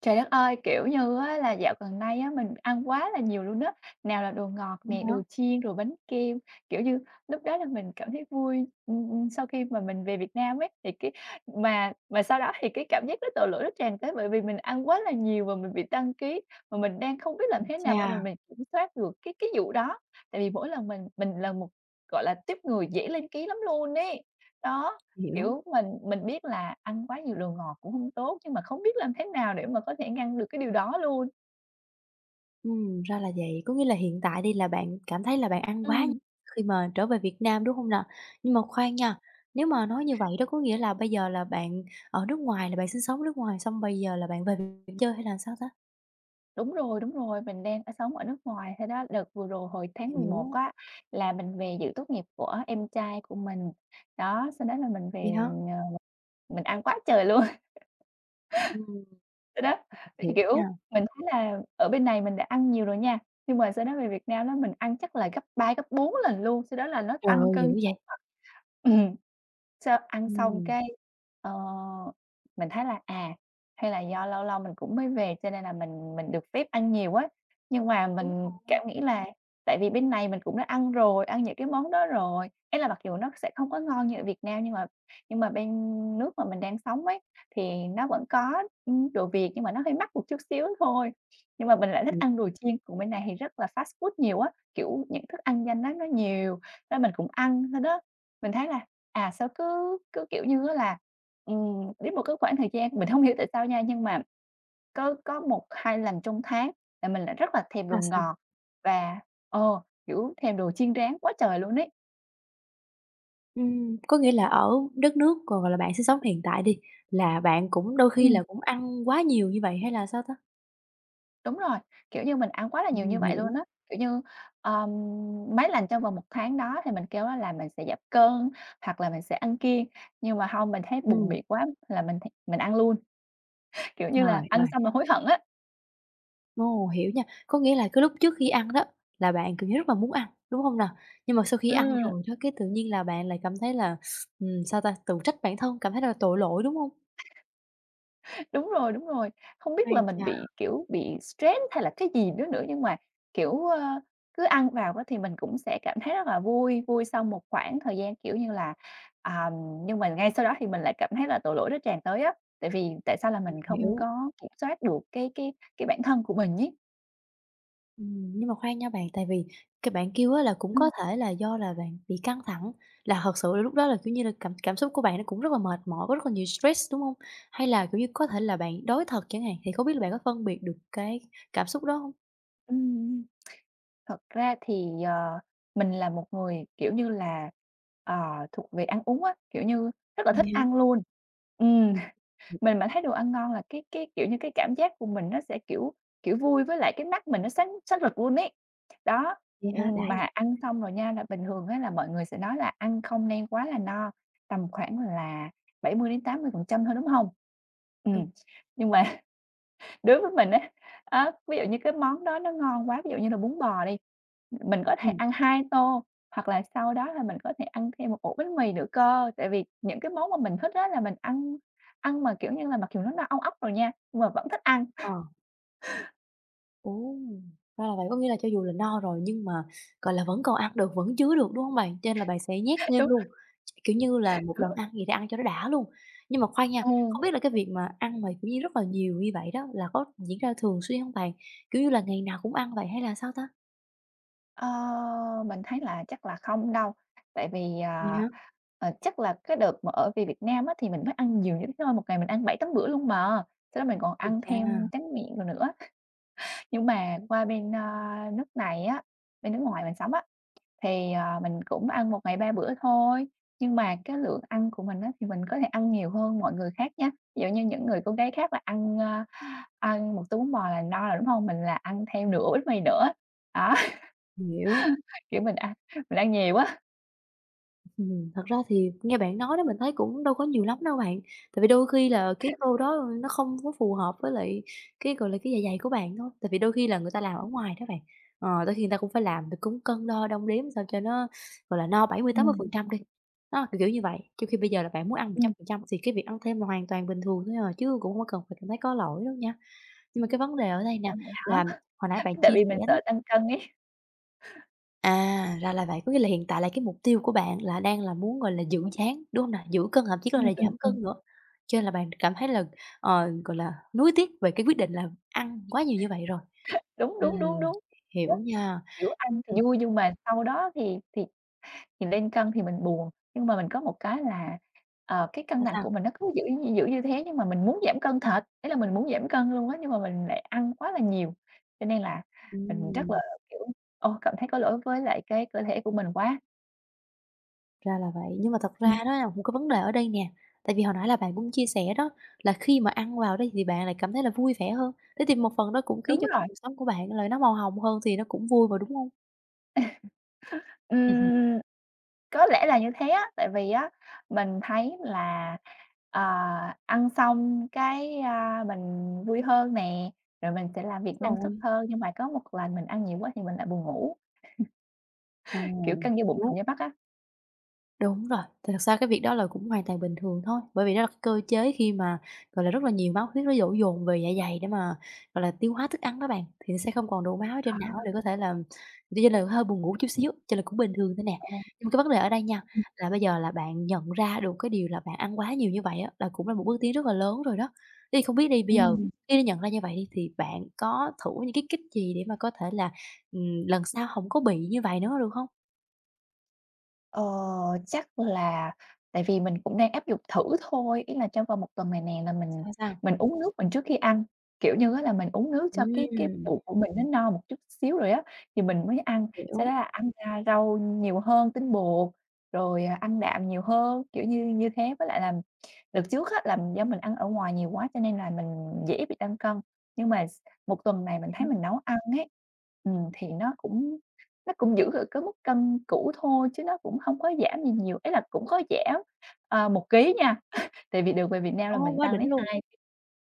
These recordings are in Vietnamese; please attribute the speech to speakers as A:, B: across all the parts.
A: Trời đất ơi! Kiểu như á là dạo gần đây á, mình ăn quá là nhiều luôn á, nào là đồ ngọt
B: Vậy
A: nè,
B: hả?
A: đồ chiên, rồi bánh kem. Kiểu như, lúc đó là mình cảm thấy vui, sau khi mà mình về Việt Nam ấy, thì cái mà sau đó thì cái cảm giác nó tội lỗi nó tràn tới, bởi vì mình ăn quá là nhiều và mình bị tăng ký, mà mình đang không biết làm
B: Ôi
A: thế nào mà mình
B: chà,
A: mình kiểm soát được cái vụ đó. Tại vì mỗi lần mình là một, gọi là, tiếp người dễ lên ký lắm luôn ấy. Đó.
B: hiểu.
A: Kiểu, mình biết là ăn quá nhiều đồ ngọt cũng không tốt, nhưng mà không biết làm thế nào để mà có thể ngăn được cái điều đó luôn.
B: Ra là vậy. Có nghĩa là hiện tại đi là bạn cảm thấy là bạn ăn quá nhiều
A: Ừm.
B: khi mà trở về Việt Nam, đúng không nào? Nhưng mà khoan nha, nếu mà nói như vậy đó có nghĩa là bây giờ là bạn ở nước ngoài, là bạn sinh sống nước ngoài, xong bây giờ là bạn về Việt Nam chơi hay là sao ta?
A: Đúng rồi, mình đang ở sống ở nước ngoài, thế đó đợt vừa rồi hồi tháng 11
B: Hiểu,
A: á, là mình về dự tốt nghiệp của em trai của mình. Đó, sau đó là mình
B: vậy
A: về,
B: hả?
A: ờ, mình ăn quá trời luôn,
B: Ừm,
A: sau đó,
B: hiểu
A: kiểu,
B: nha.
A: mình thấy là ở bên này mình đã ăn nhiều rồi nha, nhưng mà sau đó về Việt Nam đó mình ăn chắc là gấp 3 gấp 4 lần luôn, sau đó là nó
B: Trời
A: tăng
B: ơi, dữ
A: cân chóng
B: vậy!
A: mặt. Ừm. Sao ăn xong
B: Ừm,
A: cái, ờ, mình thấy là, à, hay là do lâu lâu mình cũng mới về cho nên là mình được phép ăn nhiều á. Nhưng mà
B: đúng
A: mình
B: rồi,
A: cảm nghĩ là tại vì bên này mình cũng đã ăn rồi, ăn những cái món đó rồi, ấy là mặc dù nó sẽ không có ngon như ở Việt Nam nhưng mà bên nước mà mình đang sống ấy, thì nó vẫn có, đồ Việt nhưng mà nó hơi mắc một chút xíu thôi. Nhưng mà mình lại thích ăn
B: hiểu,
A: đồ chiên, còn bên này thì rất là fast food nhiều á, kiểu, những thức ăn nhanh á nó nhiều, nên mình cũng ăn thôi đó. Mình thấy là, à, sao cứ cứ, kiểu như á là, đến một cái khoảng thời gian mình không hiểu tại sao nha, nhưng mà có một hai lần trong tháng là mình lại rất là thèm đồ
B: sao, sao?
A: ngọt và ờ, kiểu, thèm đồ chiên rán quá trời luôn ấy.
B: Có nghĩa là ở đất nước, còn, gọi là, bạn sinh sống hiện tại đi, là bạn cũng đôi khi
A: Ừm,
B: là cũng ăn quá nhiều như vậy hay là sao ta?
A: đúng rồi, kiểu như, mình ăn quá là nhiều như vậy luôn
B: Hiểu.
A: á. Kiểu như, ờm, mấy lần trong vòng một tháng đó thì mình kêu á là mình sẽ giảm cân hoặc là mình sẽ ăn kiêng, nhưng mà không mình thấy buồn
B: Ừm,
A: miệng quá là mình ăn luôn, kiểu như là,
B: trời
A: ăn
B: ơi,
A: xong là hối hận á.
B: ô, hiểu nha. Có nghĩa là cái lúc trước khi ăn đó là bạn, kiểu như, rất là muốn ăn, đúng hông nào? Nhưng mà sau khi ăn
A: Ừm.
B: rồi đó, cái tự nhiên là bạn lại cảm thấy là, sao ta, tự trách bản thân, cảm thấy là tội lỗi, đúng hông?
A: Đúng rồi, đúng rồi. Không biết là
B: Ây
A: mình
B: chà,
A: bị, kiểu, bị stress hay là cái gì nữa nữa, nhưng mà, kiểu, cứ ăn vào á thì mình cũng sẽ cảm thấy rất là vui, vui sau một khoảng thời gian, kiểu như là, à, nhưng mà ngay sau đó thì mình lại cảm thấy là tội lỗi nó tràn tới á, tại vì tại sao là mình không
B: hiểu.
A: có kiểm soát được cái bản thân của mình ấy.
B: Nhưng mà khoan nha bạn, tại vì cái bạn kêu á là cũng
A: Ừm,
B: có thể là do là bạn bị căng thẳng, là thật sự là lúc đó là, kiểu như là, cảm cảm xúc của bạn nó cũng rất là mệt mỏi, có rất là nhiều stress, đúng hông? Hay là, kiểu như, có thể là bạn đói thật chẳng hạn, thì không biết là bạn có phân biệt được cái cảm xúc đó hông?
A: ừm. Thật ra thì, mình là một người, kiểu như là, ờ, thuộc về ăn uống á, kiểu như, rất là thích
B: Vậy hả?
A: ăn luôn. Ừm. Mình
B: Ừm,
A: mà thấy đồ ăn ngon là cái, kiểu như, cái cảm giác của mình nó sẽ, kiểu kiểu, vui với lại cái mắt mình nó sáng sáng rực luôn ấy. Đó,
B: vậy hả? Đã vậy.
A: mà ăn xong rồi nha, là bình thường á là mọi người sẽ nói là ăn không nên quá là no, tầm khoảng là bảy mươi mươi đến 80% thôi, đúng không? Ừ. Nhưng mà đối với mình á, ví dụ như cái món đó nó ngon quá, ví dụ như là bún bò đi, mình có thể
B: Ừm,
A: ăn 2 tô, hoặc là sau đó là mình có thể ăn thêm một ổ bánh mì nữa cơ. Tại vì những cái món mà mình thích á là mình ăn ăn mà, kiểu như là, mặc dù nó no ong óc rồi nha, nhưng mà vẫn thích ăn.
B: ờ, ồ! Ra là vậy, có nghĩa là cho dù là no rồi nhưng mà, gọi là, vẫn còn ăn được, vẫn chứa được, đúng hông bạn? Cho nên là bạn sẽ nhét thêm
A: Đúng rồi,
B: luôn, kiểu như là, một
A: đúng
B: lần
A: rồi.
B: ăn gì thì ăn cho nó đã luôn. Nhưng mà khoan nha,
A: Ừm,
B: không biết là cái việc mà ăn mà, kiểu như, rất là nhiều như vậy đó là có diễn ra thường xuyên hông bạn? Kiểu như là, ngày nào cũng ăn vậy hay là sao ta?
A: ờ, mình thấy là chắc là không đâu, tại vì,
B: Vậy
A: à,
B: hả?
A: chắc là cái đợt mà ở về Việt Nam á thì mình mới ăn nhiều như thế thôi, một ngày mình ăn bảy 8 bữa luôn mà, sau đó mình còn
B: Ui
A: ăn
B: cha,
A: thêm tráng miệng rồi nữa. Nhưng mà qua bên, nước này á, bên nước ngoài mình sống á, thì, mình cũng ăn một ngày 3 bữa thôi, nhưng mà cái lượng ăn của mình á, thì mình có thể ăn nhiều hơn mọi người khác nha. Ví dụ như những người cô gái khác là ăn, ăn một tô bún bò là no rồi, đúng không? Mình là ăn theo nửa bánh mì nữa. Đó,
B: hiểu.
A: kiểu, mình ăn nhiều quá.
B: Thật ra thì nghe bạn nói đó mình thấy cũng đâu có nhiều lắm đâu bạn. Tại vì đôi khi là cái tô đó nó không có phù hợp với lại cái, gọi là, cái dạ dày của bạn thôi. Tại vì đôi khi là người ta làm ở ngoài đó bạn, đôi khi người ta cũng phải làm thì cũng cân đo đong đếm sao cho nó, gọi là, no 70%,
A: Ừm,
B: 80% đi, đó, kiểu như vậy. Trong khi bây giờ là bạn muốn ăn
A: ừm.
B: 100% thì cái việc ăn thêm là hoàn toàn bình thường thôi à, chứ cũng không có cần phải cảm thấy có lỗi đâu nha. Nhưng mà cái vấn đề ở đây
A: Ồ,
B: nè
A: vậy hả?
B: là hồi nãy bạn
A: Tại
B: chia
A: vì
B: sẻ
A: mình
B: đó.
A: sợ tăng cân ấy.
B: À, ra là vậy, có nghĩa là hiện tại là cái mục tiêu của bạn là đang là muốn, gọi là, giữ dáng, đúng hông nè? Giữ cân, thậm chí có thể
A: Ừm,
B: là
A: ừm,
B: giảm
A: ừm.
B: cân nữa, cho nên là bạn cảm thấy là, gọi là, nuối tiếc về cái quyết định là ăn quá nhiều như vậy rồi.
A: Đúng,
B: Ừm,
A: đúng, đúng, đúng.
B: hiểu nha.
A: Kiểu, ăn
B: Ừm,
A: thì vui nhưng mà sau đó thì nhìn lên cân thì mình buồn, nhưng mà mình có một cái là, cái cân
B: sao,
A: nặng
B: sao?
A: của mình nó cứ giữ như thế nhưng mà mình muốn giảm cân thật, ý là mình muốn giảm cân luôn á, nhưng mà mình lại ăn quá là nhiều. Cho nên là mình rất là,
B: Ừm,
A: kiểu, cảm thấy có lỗi với lại cái cơ thể của mình quá.
B: Ra là vậy, nhưng mà thật ra
A: Ừm,
B: đó là một cái vấn đề ở đây nè, tại vì hồi nãy là bạn cũng chia sẻ đó, là khi mà ăn vào đó thì bạn lại cảm thấy là vui vẻ hơn, thế thì một phần đó cũng khiến
A: đúng
B: cho cái
A: rồi,
B: cuộc sống của bạn là nó màu hồng hơn thì nó cũng vui mà, đúng hông? Hứm,
A: ừm, có lẽ là như thế á, tại vì á, mình thấy là, ờ, ăn xong cái, mình vui hơn nè, rồi mình sẽ làm việc
B: đúng
A: năng suất
B: rồi.
A: hơn, nhưng mà có một lần mình ăn nhiều quá thì mình lại buồn ngủ. Kiểu
B: Ồ,
A: căng da bụng,
B: hiểu.
A: phòng da Bắc á.
B: Đúng rồi, thì thật ra cái việc đó là cũng hoàn toàn bình thường thôi, bởi vì đó là cái cơ chế khi mà, gọi là, rất là nhiều máu huyết nó đổ dồn về dạ dày để mà, gọi là, tiêu hóa thức ăn đó bạn, thì nó sẽ không còn đủ máu ở
A: À,
B: trên não để có thể là cho nên là hơi buồn ngủ chút xíu, cho nên là cũng bình thường thôi nè.
A: ờ,
B: Nhưng mà cái vấn đề ở đây nha,
A: ừm,
B: là bây giờ là bạn nhận ra được cái điều là bạn ăn quá nhiều như vậy á, là cũng là một bước tiến rất là lớn rồi đó. Thế thì không biết đi, bây giờ
A: ừm.
B: khi đã nhận ra như vậy đi, thì bạn có thử những cái kích gì để mà có thể là, lần sau không có bị như vậy nữa được không?
A: Ờ, chắc là tại vì mình cũng đang áp dụng thử thôi, ý là trong vòng một tuần này nè là mình
B: Sao, sao?
A: mình uống nước mình trước khi ăn, kiểu như á là mình uống nước cho cái
B: Ừm,
A: bụng của mình nó no một chút xíu rồi á, thì mình mới ăn, sau đó
B: hiểu.
A: là ăn ra rau nhiều hơn, tinh bột, rồi, à, ăn đạm nhiều hơn, kiểu như như thế. Với lại là đợt trước á là do mình ăn ở ngoài nhiều quá cho nên là mình dễ bị tăng cân, nhưng mà 1 tuần này mình thấy mình nấu ăn ấy, thì nó cũng giữ ở cái mức cân cũ thôi chứ nó cũng không có giảm gì nhiều, ý là cũng có giảm, 1 ký nha, tại vì đường về Việt Nam là
B: Ô,
A: mình
B: quá
A: tăng đến
B: đỉnh luôn!
A: 2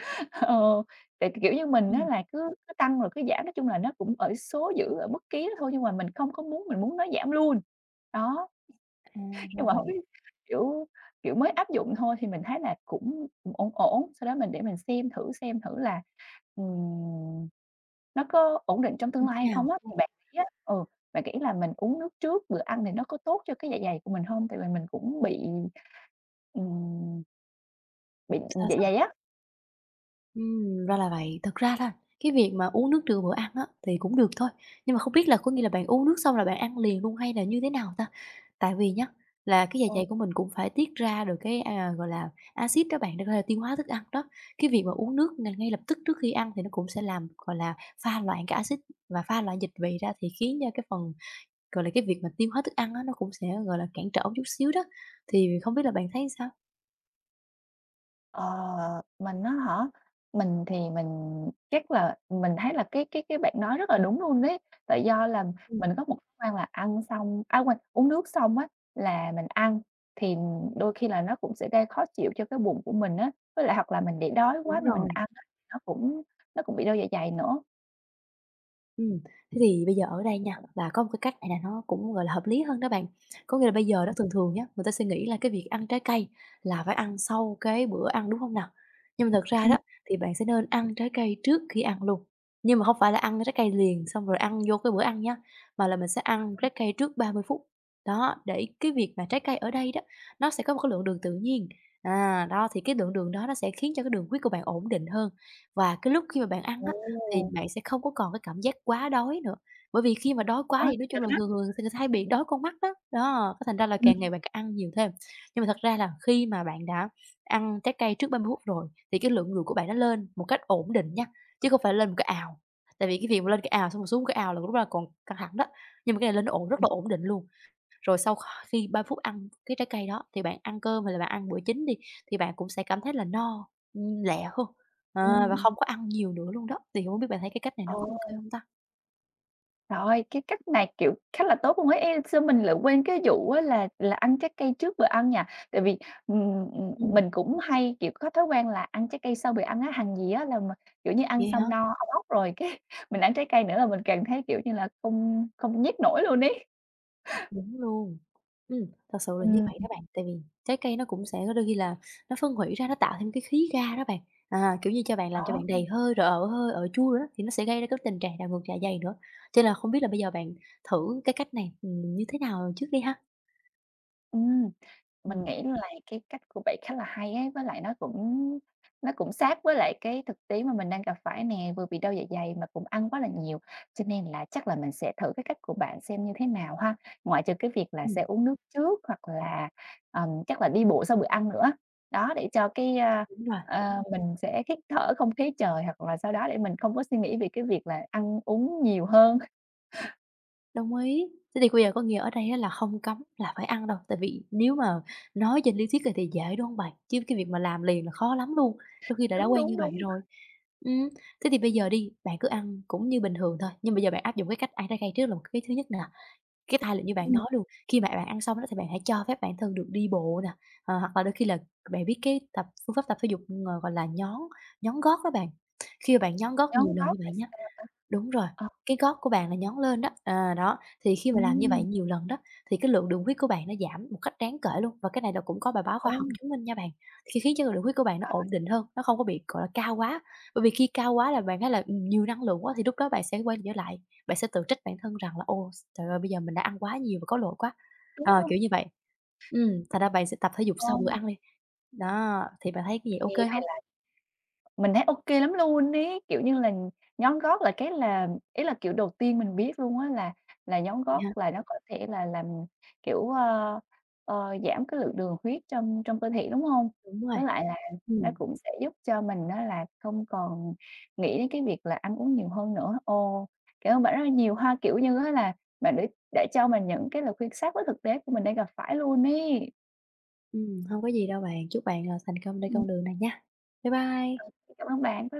A: Ờ, tại, kiểu như, mình á
B: Ừm,
A: là cứ cứ tăng rồi cứ giảm, nói chung là nó cũng ở số giữ ở mức ký đó thôi, nhưng mà mình không có muốn mình muốn nó giảm luôn. Đó.
B: À,
A: Nhưng
B: ra
A: mà hông
B: vậy.
A: biết, kiểu, kiểu, mới áp dụng thôi thì mình thấy là cũng, ổn ổn, sau đó mình để mình xem thử là, ừm, nó có ổn định trong tương
B: Như
A: lai
B: thế
A: hay
B: nào?
A: không á. Thì bạn nghĩ là mình uống nước trước bữa ăn thì nó có tốt cho cái dạ dày của mình hông? Tại vì mình cũng ừm, bị
B: Sao,
A: dạ
B: sao?
A: dày á.
B: Ra là vậy. Thật ra là cái việc mà uống nước trừ bữa ăn á, thì cũng được thôi, nhưng mà không biết là có nghĩa là bạn uống nước xong là bạn ăn liền luôn hay là như thế nào ta? Tại vì nhá, là cái dạ
A: Ừ.
B: dày của mình cũng phải tiết ra được cái, gọi là, axit đó bạn, để có thể tiêu hóa thức ăn đó. Cái việc mà uống nước ngay lập tức trước khi ăn thì nó cũng sẽ làm, gọi là, pha loãng cái axit và pha loãng dịch vị ra thì khiến cho cái phần gọi là, cái việc mà tiêu hóa thức ăn á, nó cũng sẽ, gọi là, cản trở một chút xíu đó, thì không biết là bạn thấy sao?
A: Ờ, mình á hả? Mình thì mình chắc là mình thấy là cái bạn nói rất là đúng luôn đấy, tại do là mình
B: Ừm,
A: có một thói quen là ăn xong à, quên, uống nước xong á là mình ăn, thì đôi khi là nó cũng sẽ gây khó chịu cho cái bụng của mình á, với lại hoặc là mình để đói quá
B: đúng
A: mà mình
B: rồi.
A: ăn á, nó cũng nó cũng bị đau dạ dày nữa.
B: Ừm, Thế thì bây giờ ở đây nha, là có một cái cách này là nó cũng, gọi là, hợp lý hơn đó bạn. Có nghĩa là bây giờ đó thường thường nhá, người ta sẽ nghĩ là cái việc ăn trái cây là phải ăn sau cái bữa ăn, đúng hông nào? Nhưng mà thật ra
A: Ừm.
B: đó, thì bạn sẽ nên ăn trái cây trước khi ăn luôn, nhưng mà hông phải là ăn trái cây liền xong rồi ăn vô cái bữa ăn nha, mà là mình sẽ ăn trái cây trước 30 phút. Đó, để cái việc mà trái cây ở đây đó, nó sẽ có một cái lượng đường tự nhiên, đó, thì cái lượng đường đó nó sẽ khiến cho cái đường huyết của bạn ổn định hơn. Và cái lúc khi mà bạn ăn á, thì
A: Ồ!
B: bạn sẽ không có còn cái cảm giác quá đói nữa. Bởi vì khi mà đói quá
A: Đó,
B: thì nói chung
A: thiệt
B: là
A: á.
B: thường thường người ta hay bị đói con mắt đó, đó, cái thành ra là
A: Ừm.
B: càng ngày bạn càng ăn nhiều thêm. Nhưng mà thật ra là khi mà bạn đã ăn trái cây trước 30 phút rồi thì cái lượng người của bạn nó lên một cách ổn định nha, chứ không phải lên một cái ào. Tại vì cái việc mà lên cái ào xong rồi xuống cái ào là lúc đó là còn căng thẳng đó, nhưng mà cái này lên ổn rất
A: Ừm.
B: là ổn định luôn. Rồi sau khi 3 phút ăn cái trái cây đó thì bạn ăn cơm hay là bạn ăn bữa chính đi, thì bạn cũng sẽ cảm thấy là no, lẹ hơn, và
A: Ừm.
B: không có ăn nhiều nữa luôn đó. Thì hổng biết bạn thấy cái cách này
A: Ờ.
B: nó có ô kê hông ta?
A: Rồi cái cách này, kiểu, khá là tốt luôn ấy, ê, sao mình lại quên cái vụ á là ăn trái cây trước bữa ăn nhỉ? Tại vì,
B: Ừm.
A: mình cũng hay, kiểu, có thói quen là ăn trái cây sau bữa ăn á, hàng gì á là mà, kiểu như, ăn
B: Vậy hả?
A: xong no ong ốc rồi cái mình ăn trái cây nữa là mình càng thấy, kiểu như là, không không nhét nổi luôn ấy.
B: Đúng luôn. Ừm, Thật sự là như
A: Ừm,
B: vậy đó bạn, tại vì trái cây nó cũng sẽ có đôi khi là nó phân hủy ra, nó tạo thêm cái khí ga đó bạn, kiểu như, cho bạn làm cho bạn
A: đó,
B: đầy hơi rồi ở hơi, ở chua rồi đó, thì nó sẽ gây ra cái tình trạng đảo ngược dạ dày nữa. Cho nên là không biết là bây giờ bạn thử cái cách này, như thế nào trước đi ha?
A: ừm. Mình
B: Ừm,
A: nghĩ là cái cách của bạn khá là hay ấy, với lại nó cũng sát với lại cái thực tế mà mình đang gặp phải nè, vừa bị đau dạ dày mà cũng ăn quá là nhiều, cho nên là chắc là mình sẽ thử cái cách của bạn xem như thế nào ha. Ngoại trừ cái việc là sẽ
B: ừm,
A: uống nước trước hoặc là, chắc là đi bộ sau bữa ăn nữa. Đó, để cho cái,
B: đúng rồi.
A: mình sẽ hít thở không khí trời hoặc là sau đó để mình không có suy nghĩ về cái việc là ăn uống nhiều hơn.
B: Đồng ý. Thế thì bây giờ có nghĩa ở đây á là không cấm là phải ăn đâu, tại vì nếu mà nói trên lý thuyết thì dễ, đúng không bạn? Chứ cái việc mà làm liền là khó lắm luôn, trong khi là đã
A: Đúng,
B: quen
A: đúng,
B: như vậy
A: đúng.
B: rồi. Ừm, Thế thì bây giờ đi, bạn cứ ăn cũng như bình thường thôi, nhưng bây giờ bạn áp dụng cái cách ăn trái cây trước là một cái thứ nhất nè. Cái thay là như bạn
A: Ừm,
B: nói luôn, khi mà bạn ăn xong đó thì bạn hãy cho phép bản thân được đi bộ nè, hoặc là đôi khi là bạn biết cái tập phương pháp tập thể dục, gọi là, nhón nhón gót đó bạn. Khi mà bạn nhón gót nhiều
A: nhón
B: lần
A: gót
B: như
A: là
B: vậy nha.
A: sao?
B: Đúng rồi,
A: Ờ,
B: cái gót của bạn là nhón lên đó, đó, thì khi mà làm như vậy
A: ừm,
B: nhiều lần đó, thì cái lượng đường huyết của bạn nó giảm một cách đáng kể luôn và cái này là cũng có bài báo
A: ồ,
B: khoa học chứng minh nha bạn. Khi khiến cho lượng huyết của bạn nó ổn định hơn, nó không có bị, gọi là, cao quá, bởi vì khi cao quá là bạn thấy là, nhiều năng lượng quá thì lúc đó bạn sẽ quay trở lại, bạn sẽ tự trách bản thân rằng là "Ô, trời ơi, bây giờ mình đã ăn quá nhiều và có lỗi quá."
A: đúng,
B: Ờ,
A: đúng,
B: kiểu như vậy. Thành ra bạn sẽ tập thể dục
A: ờ.
B: sau bữa ăn đi. Đó, thì bạn thấy cái gì ok
A: Ê, vậy
B: không?
A: là mình thấy ô kê lắm luôn ấy, kiểu như là, nhón gót là cái là ý là, kiểu, đầu tiên mình biết luôn á là nhón
B: Vậy
A: gót
B: hả?
A: là nó có thể là làm, kiểu, giảm cái lượng đường huyết trong trong cơ thể, đúng hông?
B: Đúng rồi.
A: Với lại là nó
B: Ừm.
A: cũng sẽ giúp cho mình á là không còn nghĩ đến cái việc là ăn uống nhiều hơn nữa. Ồ, cảm ơn bạn rất là nhiều ha, kiểu như á là bạn đã cho mình những cái lời khuyên sát với thực tế của mình đang gặp phải luôn ấy.
B: Hông có gì đâu bạn, chúc bạn, thành công trên
A: Ừm,
B: con đường này nha. Bye bye.
A: cảm ơn bạn. Bye